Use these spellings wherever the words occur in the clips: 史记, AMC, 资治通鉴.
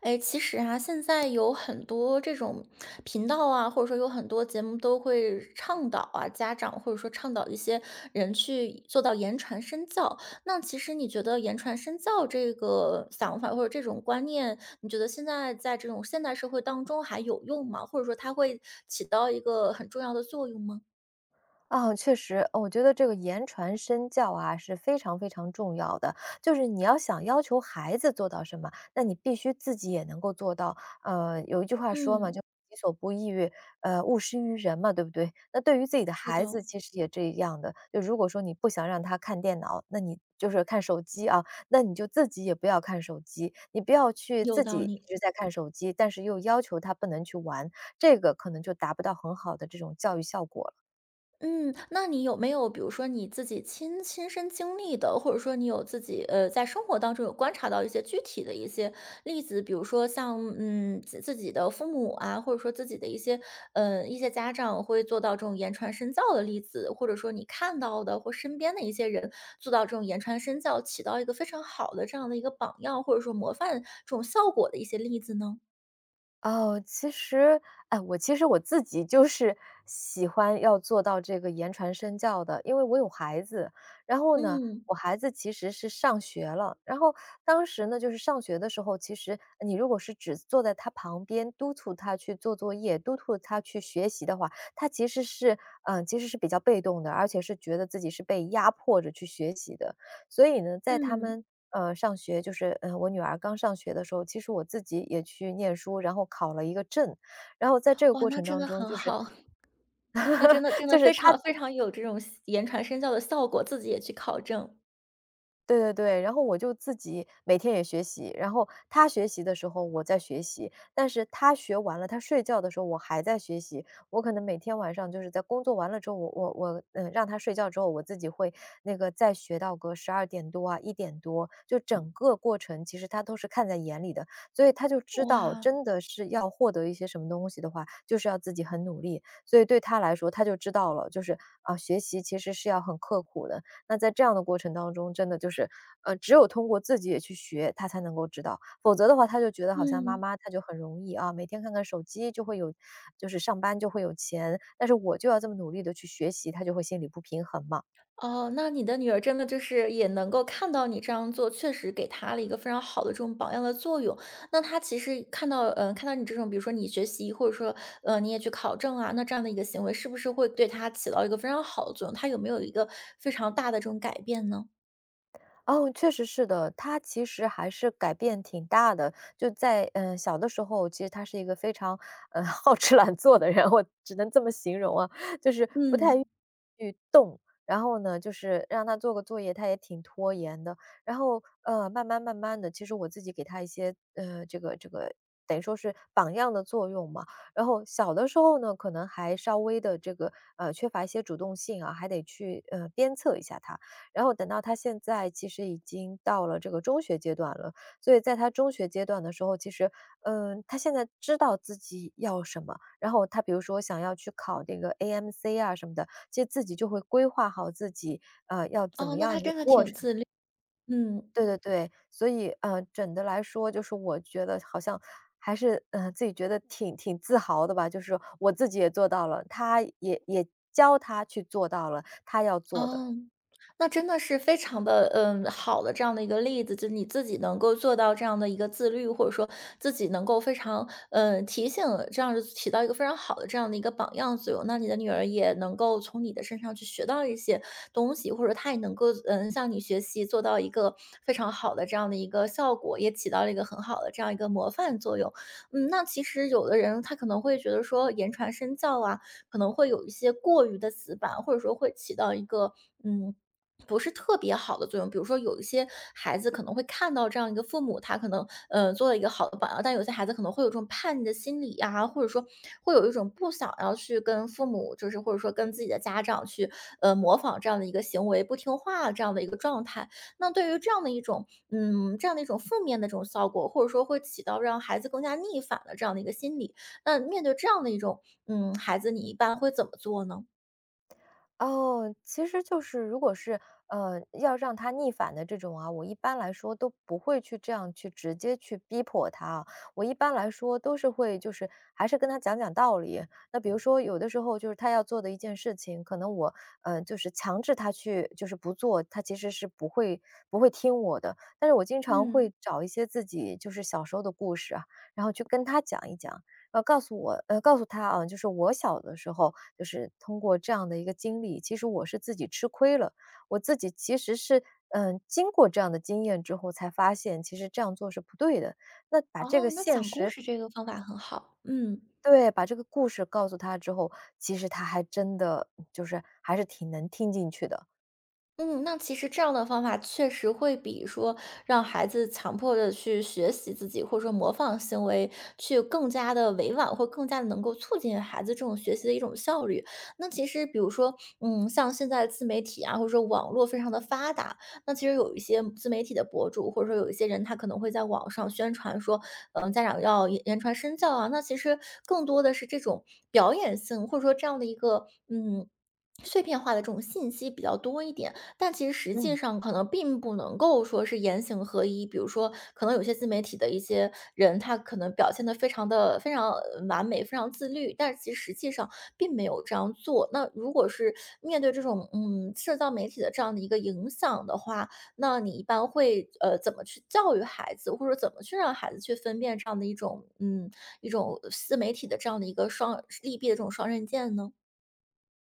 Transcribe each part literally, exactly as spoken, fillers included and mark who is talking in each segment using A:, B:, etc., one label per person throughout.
A: 哎，其实啊，现在有很多这种频道啊，或者说有很多节目都会倡导啊，家长或者说倡导一些人去做到言传身教。那其实你觉得言传身教这个想法或者这种观念，你觉得现在在这种现代社会当中还有用吗？或者说它会起到一个很重要的作用吗？
B: 啊，确实，我觉得这个言传身教啊是非常非常重要的。就是你要想要求孩子做到什么，那你必须自己也能够做到。呃，有一句话说嘛，就
A: 嗯。
B: “己所不欲，呃，勿施于人"嘛，对不对？那对于自己的
A: 是
B: 孩
A: 的，
B: 子，其实也这样的。就如果说你不想让他看电脑，那你就是看手机啊，那你就自己也不要看手机，你不要去
A: 有
B: 自己
A: 道理。
B: 一直在看手机，但是又要求他不能去玩，这个可能就达不到很好的这种教育效果了。
A: 嗯，那你有没有比如说你自己亲亲身经历的，或者说你有自己呃在生活当中有观察到一些具体的一些例子，比如说像嗯自自己的父母啊，或者说自己的一些呃一些家长会做到这种言传身教的例子，或者说你看到的或身边的一些人做到这种言传身教，起到一个非常好的这样的一个榜样，或者说模范这种效果的一些例子呢？
B: 哦，其实，哎，我其实我自己就是喜欢要做到这个言传身教的，因为我有孩子。然后呢，
A: 嗯
B: 我孩子其实是上学了，然后当时呢，就是上学的时候，其实你如果是只坐在他旁边督促他去做作业，督促他去学习的话，他其实是，嗯、其实是比较被动的，而且是觉得自己是被压迫着去学习的。所以呢，在他
A: 嗯。
B: 们呃上学，就是嗯、呃我女儿刚上学的时候，其实我自己也去念书，然后考了一个证，然后在这个
A: 哇，
B: 过
A: 那
B: 程
A: 真
B: 当
A: 的
B: 中，
A: 很
B: 就是
A: 好。那真的 真的
B: 就是
A: 非
B: 她
A: 常非常有这种言传身教的效果，自己也去考证。
B: 对对对，然后我就自己每天也学习，然后他学习的时候我在学习，但是他学完了，他睡觉的时候我还在学习。我可能每天晚上就是在工作完了之后，我我我，嗯，让他睡觉之后，我自己会那个再学到个十二点多啊一点多，就整个过程其实他都是看在眼里的，所以他就知道
A: 哇。
B: 真的是要获得一些什么东西的话，就是要自己很努力。所以对他来说，他就知道了，就是，啊，学习其实是要很刻苦的，那在这样的过程当中，真的就是，呃，只有通过自己也去学，他才能够知道，否则的话，他就觉得好像妈
A: 嗯。
B: 妈她就很容易啊，每天看看手机就会有就是上班就会有钱，但是我就要这么努力的去学习，他就会心里不平衡嘛。
A: 哦，那你的女儿真的就是也能够看到你这样做，确实给她了一个非常好的这种榜样的作用。那她其实看到，嗯看到你这种，比如说你学习，或者说，呃，你也去考证啊，那这样的一个行为是不是会对她起到一个非常好的作用？她有没有一个非常大的这种改变呢？
B: 哦，确实是的，他其实还是改变挺大的。就在嗯、呃小的时候，其实他是一个非常呃 好吃懒做的人，我只能这么形容啊，就是不太愿
A: 嗯。
B: 意去动。然后呢，就是让他做个作业，他也挺拖延的。然后呃，慢慢慢慢的，其实我自己给他一些呃这个这个。等于说是榜样的作用嘛，然后小的时候呢，可能还稍微的这个呃缺乏一些主动性啊，还得去呃鞭策一下他。然后等到他现在其实已经到了这个中学阶段了，所以在他中学阶段的时候，其实，嗯，他现在知道自己要什么，然后他比如说想要去考这个 A M C 啊什么的，其实自己就会规划好自己，呃，要怎么
A: 哦，那
B: 样
A: 她
B: 一个
A: 真的
B: 过
A: 挺
B: 程。
A: 自律。嗯。
B: 对对对，所以，呃，整的来说，就是我觉得好像还是，呃，自己觉得挺挺自豪的吧，就是我自己也做到了，他也也教他去做到了他要做的。
A: 哦，那真的是非常的，嗯，好的这样的一个例子，就你自己能够做到这样的一个自律，或者说自己能够非常嗯，提醒，这样子起到一个非常好的这样的一个榜样作用。那你的女儿也能够从你的身上去学到一些东西，或者她也能够嗯，向你学习，做到一个非常好的这样的一个效果，也起到了一个很好的这样一个模范作用。嗯，那其实有的人他可能会觉得说言传身教啊，可能会有一些过于的死板，或者说会起到一个。嗯。不是特别好的作用，比如说有一些孩子可能会看到这样一个父母，他可能呃做了一个好的榜样，但有些孩子可能会有这种叛逆的心理啊，或者说会有一种不想要去跟父母，就是或者说跟自己的家长去呃模仿这样的一个行为，不听话这样的一个状态。那对于这样的一种嗯这样的一种负面的这种效果，或者说会起到让孩子更加逆反的这样的一个心理，那面对这样的一种嗯，孩子，你一般会怎么做呢？
B: 哦，其实就是如果是，呃，要让他逆反的这种啊，我一般来说都不会去这样去直接去逼迫他啊我一般来说都是会就是还是跟他讲讲道理。那比如说有的时候就是他要做的一件事情，可能我，呃，就是强制他去就是不做，他其实是不会不会听我的。但是我经常
A: 嗯。
B: 会找一些自己就是小时候的故事啊，然后去跟他讲一讲。呃，告诉我呃，告诉他啊，就是我小的时候，就是通过这样的一个经历，其实我是自己吃亏了。我自己其实是，嗯，经过这样的经验之后才发现，其实这样做是不对的。那把这个
A: 哦，那
B: 现
A: 讲故
B: 实
A: 事这个方法很好。嗯。
B: 对，把这个故事告诉他之后，其实他还真的就是还是挺能听进去的。
A: 嗯，那其实这样的方法确实会比说让孩子强迫的去学习自己，或者说模仿行为，去更加的委婉，或更加的能够促进孩子这种学习的一种效率。那其实比如说，嗯，像现在自媒体啊，或者说网络非常的发达，那其实有一些自媒体的博主，或者说有一些人，他可能会在网上宣传说，嗯，家长要言言传身教啊。那其实更多的是这种表演性，或者说这样的一个。嗯。碎片化的这种信息比较多一点，但其实实际
B: 嗯。
A: 上可能并不能够说是言行合一，比如说可能有些自媒体的一些人，他可能表现得非常的非常完美、非常自律，但是其实实际上并没有这样做。那如果是面对这种嗯，社交媒体的这样的一个影响的话，那你一般会呃，怎么去教育孩子，或者怎么去让孩子去分辨这样的一种嗯，一种自媒体的这样的一个双利弊的这种双刃剑呢？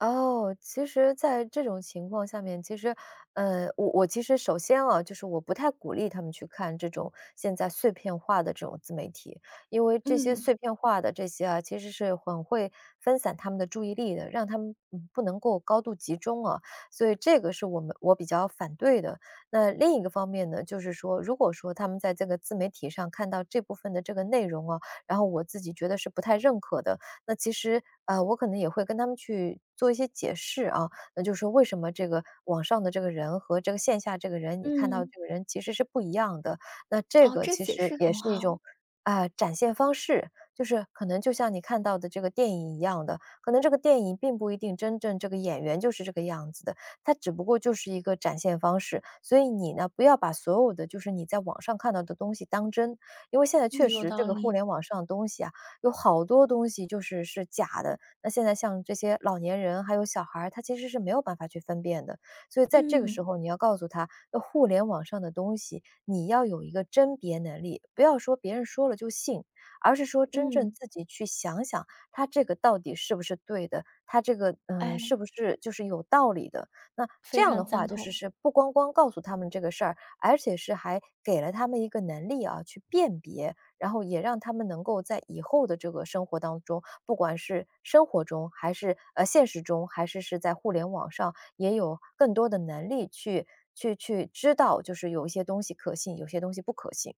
B: 哦，其实在这种情况下面，其实，呃，我我其实首先啊，就是我不太鼓励他们去看这种现在碎片化的这种自媒体，因为这些碎
A: 嗯。
B: 片化的这些啊，其实是很会分散他们的注意力的，让他们嗯不能够高度集中啊，所以这个是我们我比较反对的。那另一个方面呢，就是说，如果说他们在这个自媒体上看到这部分的这个内容啊，然后我自己觉得是不太认可的，那其实，呃，我可能也会跟他们去做一些解释啊，那就是说为什么这个网上的这个人和这个线下这个人，你看到
A: 嗯，
B: 这个人其实是不一样的。那这
A: 哦，
B: 个
A: 这
B: 其
A: 解
B: 实
A: 释
B: 也
A: 很
B: 是一种，
A: 好。
B: 啊，呃展现方式，就是可能就像你看到的这个电影一样的，可能这个电影并不一定真正这个演员就是这个样子的，它只不过就是一个展现方式。所以你呢，不要把所有的就是你在网上看到的东西当真，因为现在
A: 嗯，
B: 确
A: 有
B: 实这
A: 道
B: 个互
A: 理。
B: 联网上的东西啊，有好多东西就是是假的。那现在像这些老年人还有小孩儿，他其实是没有办法去分辨的。所以在这个时
A: 嗯。
B: 候，你要告诉他，那互联网上的东西，你要有一个甄别能力，不要说别人说了就信，而是说真正
A: 嗯。
B: 自己去想想，他这个到底是不是对的，他这个嗯呃
A: 哎，
B: 是不是就是有道理的。那这
A: 非
B: 样的
A: 常
B: 话，
A: 赞
B: 就是
A: 同。
B: 是不光光告诉他们这个事儿，而且是还给了他们一个能力啊，去辨别。然后也让他们能够在以后的这个生活当中，不管是生活中还是呃现实中，还是是在互联网上，也有更多的能力去去去知道，就是有一些东西可信，有些东西不可信。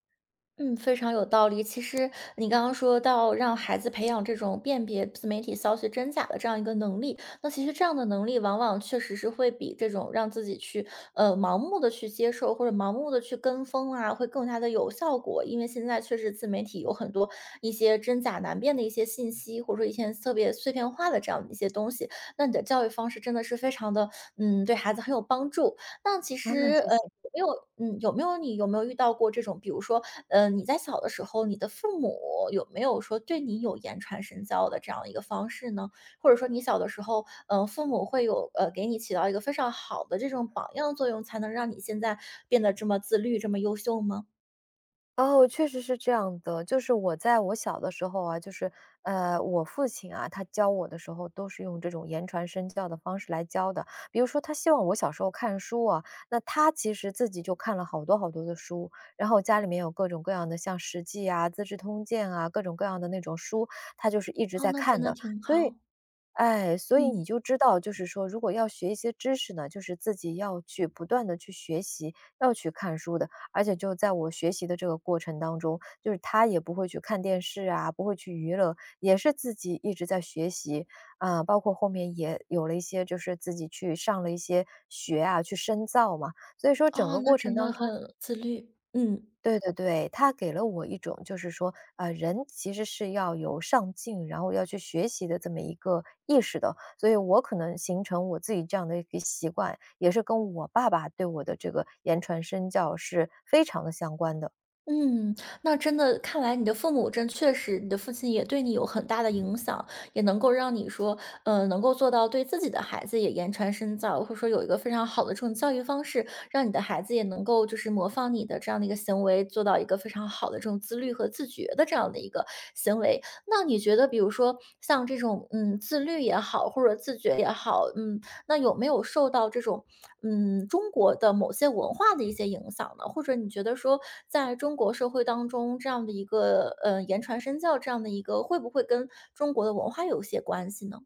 A: 嗯，非常有道理。其实你刚刚说到让孩子培养这种辨别自媒体消息真假的这样一个能力，那其实这样的能力往往确实是会比这种让自己去呃，盲目的去接受或者盲目的去跟风啊，会更加的有效果。因为现在确实自媒体有很多一些真假难辨的一些信息，或者说一些特别碎片化的这样的一些东西，那你的教育方式真的是非常的嗯，对孩子很有帮助。那其
B: 啊，谢
A: 实呃，
B: 谢。
A: 有没有嗯，有没有你有没有遇到过这种，比如说，呃，你在小的时候，你的父母有没有说对你有言传身教的这样一个方式呢？或者说你小的时候，呃，父母会有呃，给你起到一个非常好的这种榜样作用，才能让你现在变得这么自律、这么优秀吗？
B: 哦，确实是这样的。就是我在我小的时候啊，就是呃，我父亲啊，他教我的时候都是用这种言传身教的方式来教的。比如说，他希望我小时候看书啊，那他其实自己就看了好多好多的书，然后家里面有各种各样的像《史记》啊、《资治通鉴》啊，各种各样的那种书，他就是一直
A: 哦，
B: 在
A: 那真
B: 看
A: 的
B: 的。
A: 挺
B: 所以
A: 好。
B: 哎，所以你
A: 嗯，
B: 就知道，就是说，如果要学一些知识呢，就是自己要去不断的去学习，要去看书的。而且就在我学习的这个过程当中，就是他也不会去看电视啊，不会去娱乐，也是自己一直在学习。啊，包括后面也有了一些就是自己去上了一些学啊，去深造嘛。所以说整
A: 哦，
B: 个
A: 那
B: 过程
A: 真的
B: 当中，
A: 很自律。嗯。
B: 对对对，他给了我一种就是说，呃，人其实是要有上进，然后要去学习的这么一个意识的。所以我可能形成我自己这样的一个习惯，也是跟我爸爸对我的这个言传身教是非常的相关的。
A: 嗯，那真的看来你的父母真确实，你的父亲也对你有很大的影响，也能够让你说，呃，能够做到对自己的孩子也言传身教，或者说有一个非常好的这种教育方式，让你的孩子也能够就是模仿你的这样的一个行为，做到一个非常好的这种自律和自觉的这样的一个行为。那你觉得，比如说像这种嗯自律也好，或者自觉也好，嗯，那有没有受到这种嗯，中国的某些文化的一些影响呢？或者你觉得说，在中国社会当中，这样的一个呃，言传身教这样的一个，会不会跟中国的文化有一些关系呢？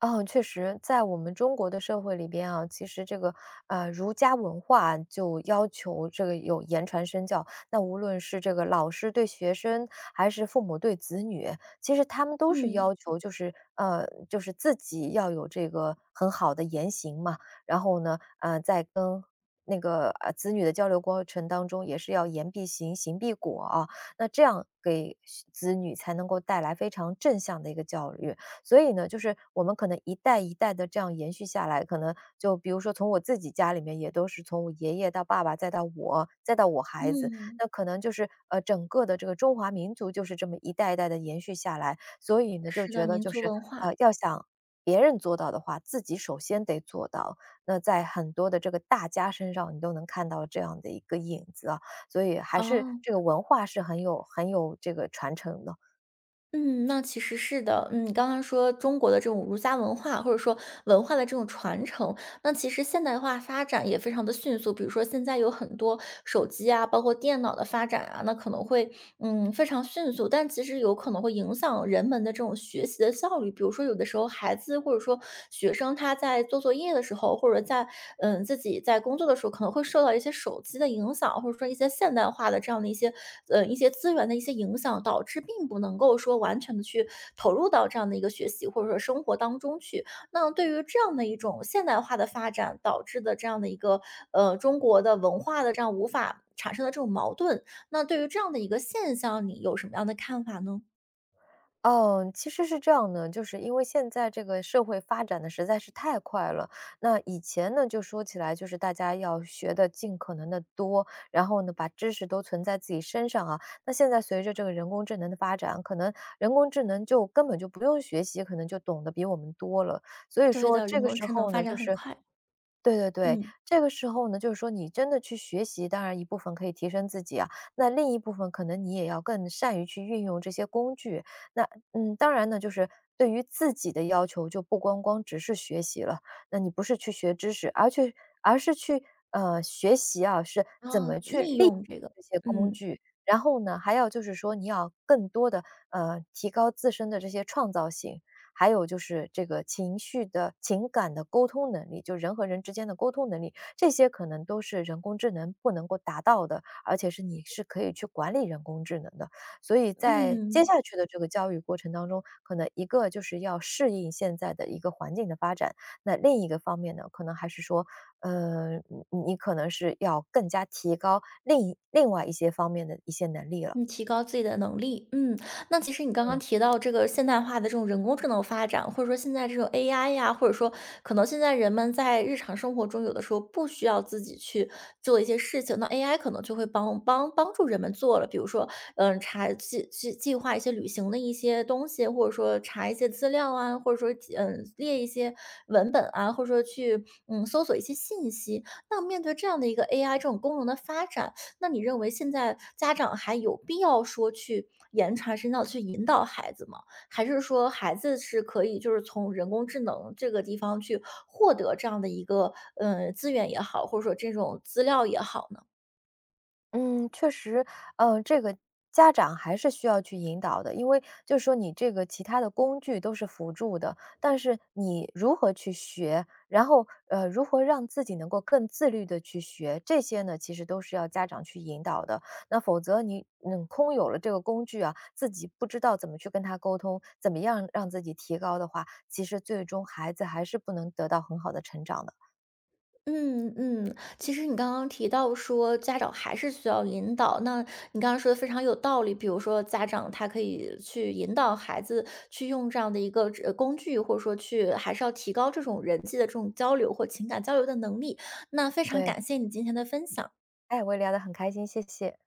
B: 哦，确实，在我们中国的社会里边啊，其实这个呃儒家文化就要求这个有言传身教。那无论是这个老师对学生，还是父母对子女，其实他们都是
A: 嗯。
B: 要求，就是呃，就是自己要有这个很好的言行嘛。然后呢，呃，在跟那个呃子女的交流过程当中，也是要言必行，行必果啊。那这样给子女才能够带来非常正向的一个教育。所以呢，就是我们可能一代一代的这样延续下来，可能就比如说从我自己家里面也都是从我爷爷到爸爸，再到我，再到我孩子，
A: 嗯，
B: 那可能就是，呃，整个的这个中华民族就是这么一代一代的延续下来。所以呢，就
A: 是
B: 觉
A: 的，
B: 得
A: 民
B: 就
A: 族
B: 是，
A: 文
B: 呃，
A: 化。
B: 要想别人做到的话，自己首先得做到。那在很多的这个大家身上，你都能看到这样的一个影子啊，所以还是
A: 哦。
B: 这个文化是很有很有这个传承的。
A: 嗯，那其实是的，嗯，你刚刚说中国的这种儒家文化，或者说文化的这种传承，那其实现代化发展也非常的迅速，比如说现在有很多手机啊，包括电脑的发展啊，那可能会嗯非常迅速，但其实有可能会影响人们的这种学习的效率。比如说有的时候孩子或者说学生他在做作业的时候，或者在嗯自己在工作的时候，可能会受到一些手机的影响，或者说一些现代化的这样的一些呃一些资源的一些影响，导致并不能够说完全的去投入到这样的一个学习或者说生活当中去。那对于这样的一种现代化的发展导致的这样的一个呃，中国的文化的这样无法产生的这种矛盾，那对于这样的一个现象，你有什么样的看法呢？
B: 哦，其实是这样的，就是因为现在这个社会发展的实在是太快了。那以前呢，就说起来就是大家要学的尽可能的多，然后呢，把知识都存在自己身上啊。那现在随着这个人工智能的发展，可能人工智能就根本就不用学习，可能就懂得比我们多了。所以
A: 对
B: 说
A: 的，
B: 这
A: 人
B: 个
A: 工
B: 时
A: 智能
B: 候
A: 发
B: 呢，
A: 展
B: 就
A: 很
B: 是
A: 快。
B: 对对对，
A: 嗯，
B: 这个时候呢，就是说你真的去学习，当然一部分可以提升自己啊，那另一部分可能你也要更善于去运用这些工具。那嗯，当然呢，就是对于自己的要求，就不光光只是学习了，那你不是去学知识，而去而是去呃学习啊，是
A: 然
B: 怎
A: 后
B: 么去
A: 利
B: 利用
A: 用这个。
B: 这些工
A: 嗯，
B: 具。然后呢，还要就是说，你要更多的呃提高自身的这些创造性，还有就是这个情绪的情感的沟通能力，就人和人之间的沟通能力，这些可能都是人工智能不能够达到的，而且是你是可以去管理人工智能的。所以在接
A: 嗯。
B: 下去的这个教育过程当中，可能一个就是要适应现在的一个环境的发展，那另一个方面呢，可能还是说，呃，你你可能是要更加提高另一另外一些方面的一些能力了。
A: 嗯。提高自己的能力。嗯，那其实你刚刚提到这个现代化的这种人工智能发展，或者说现在这种 A I 呀，或者说可能现在人们在日常生活中有的时候不需要自己去做一些事情，那 A I 可能就会帮帮帮助人们做了，比如说，嗯，查计计计划一些旅行的一些东西，或者说查一些资料啊，或者说嗯列一些文本啊，或者说去嗯搜索一些信息。那面对这样的一个 A I 这种功能的发展，那你认为现在家长还有必要说去言传身教去引导孩子吗？还是说孩子是可以就是从人工智能这个地方去获得这样的一个呃，资源也好，或者说这种资料也好呢？
B: 嗯，确实，呃，这个家长还是需要去引导的，因为就是说你这个其他的工具都是辅助的，但是你如何去学，然后呃，如何让自己能够更自律的去学，这些呢，其实都是要家长去引导的。那否则你嗯，空有了这个工具啊，自己不知道怎么去跟他沟通，怎么样让自己提高的话，其实最终孩子还是不能得到很好的成长的。
A: 嗯。嗯，其实你刚刚提到说家长还是需要引导，那你刚刚说的非常有道理。比如说，家长他可以去引导孩子去用这样的一个呃工具，或者说去还是要提高这种人际的这种交流或情感交流的能力。那非常
B: 对，
A: 感谢你今天的分享。
B: 哎，我也聊得很开心，谢谢。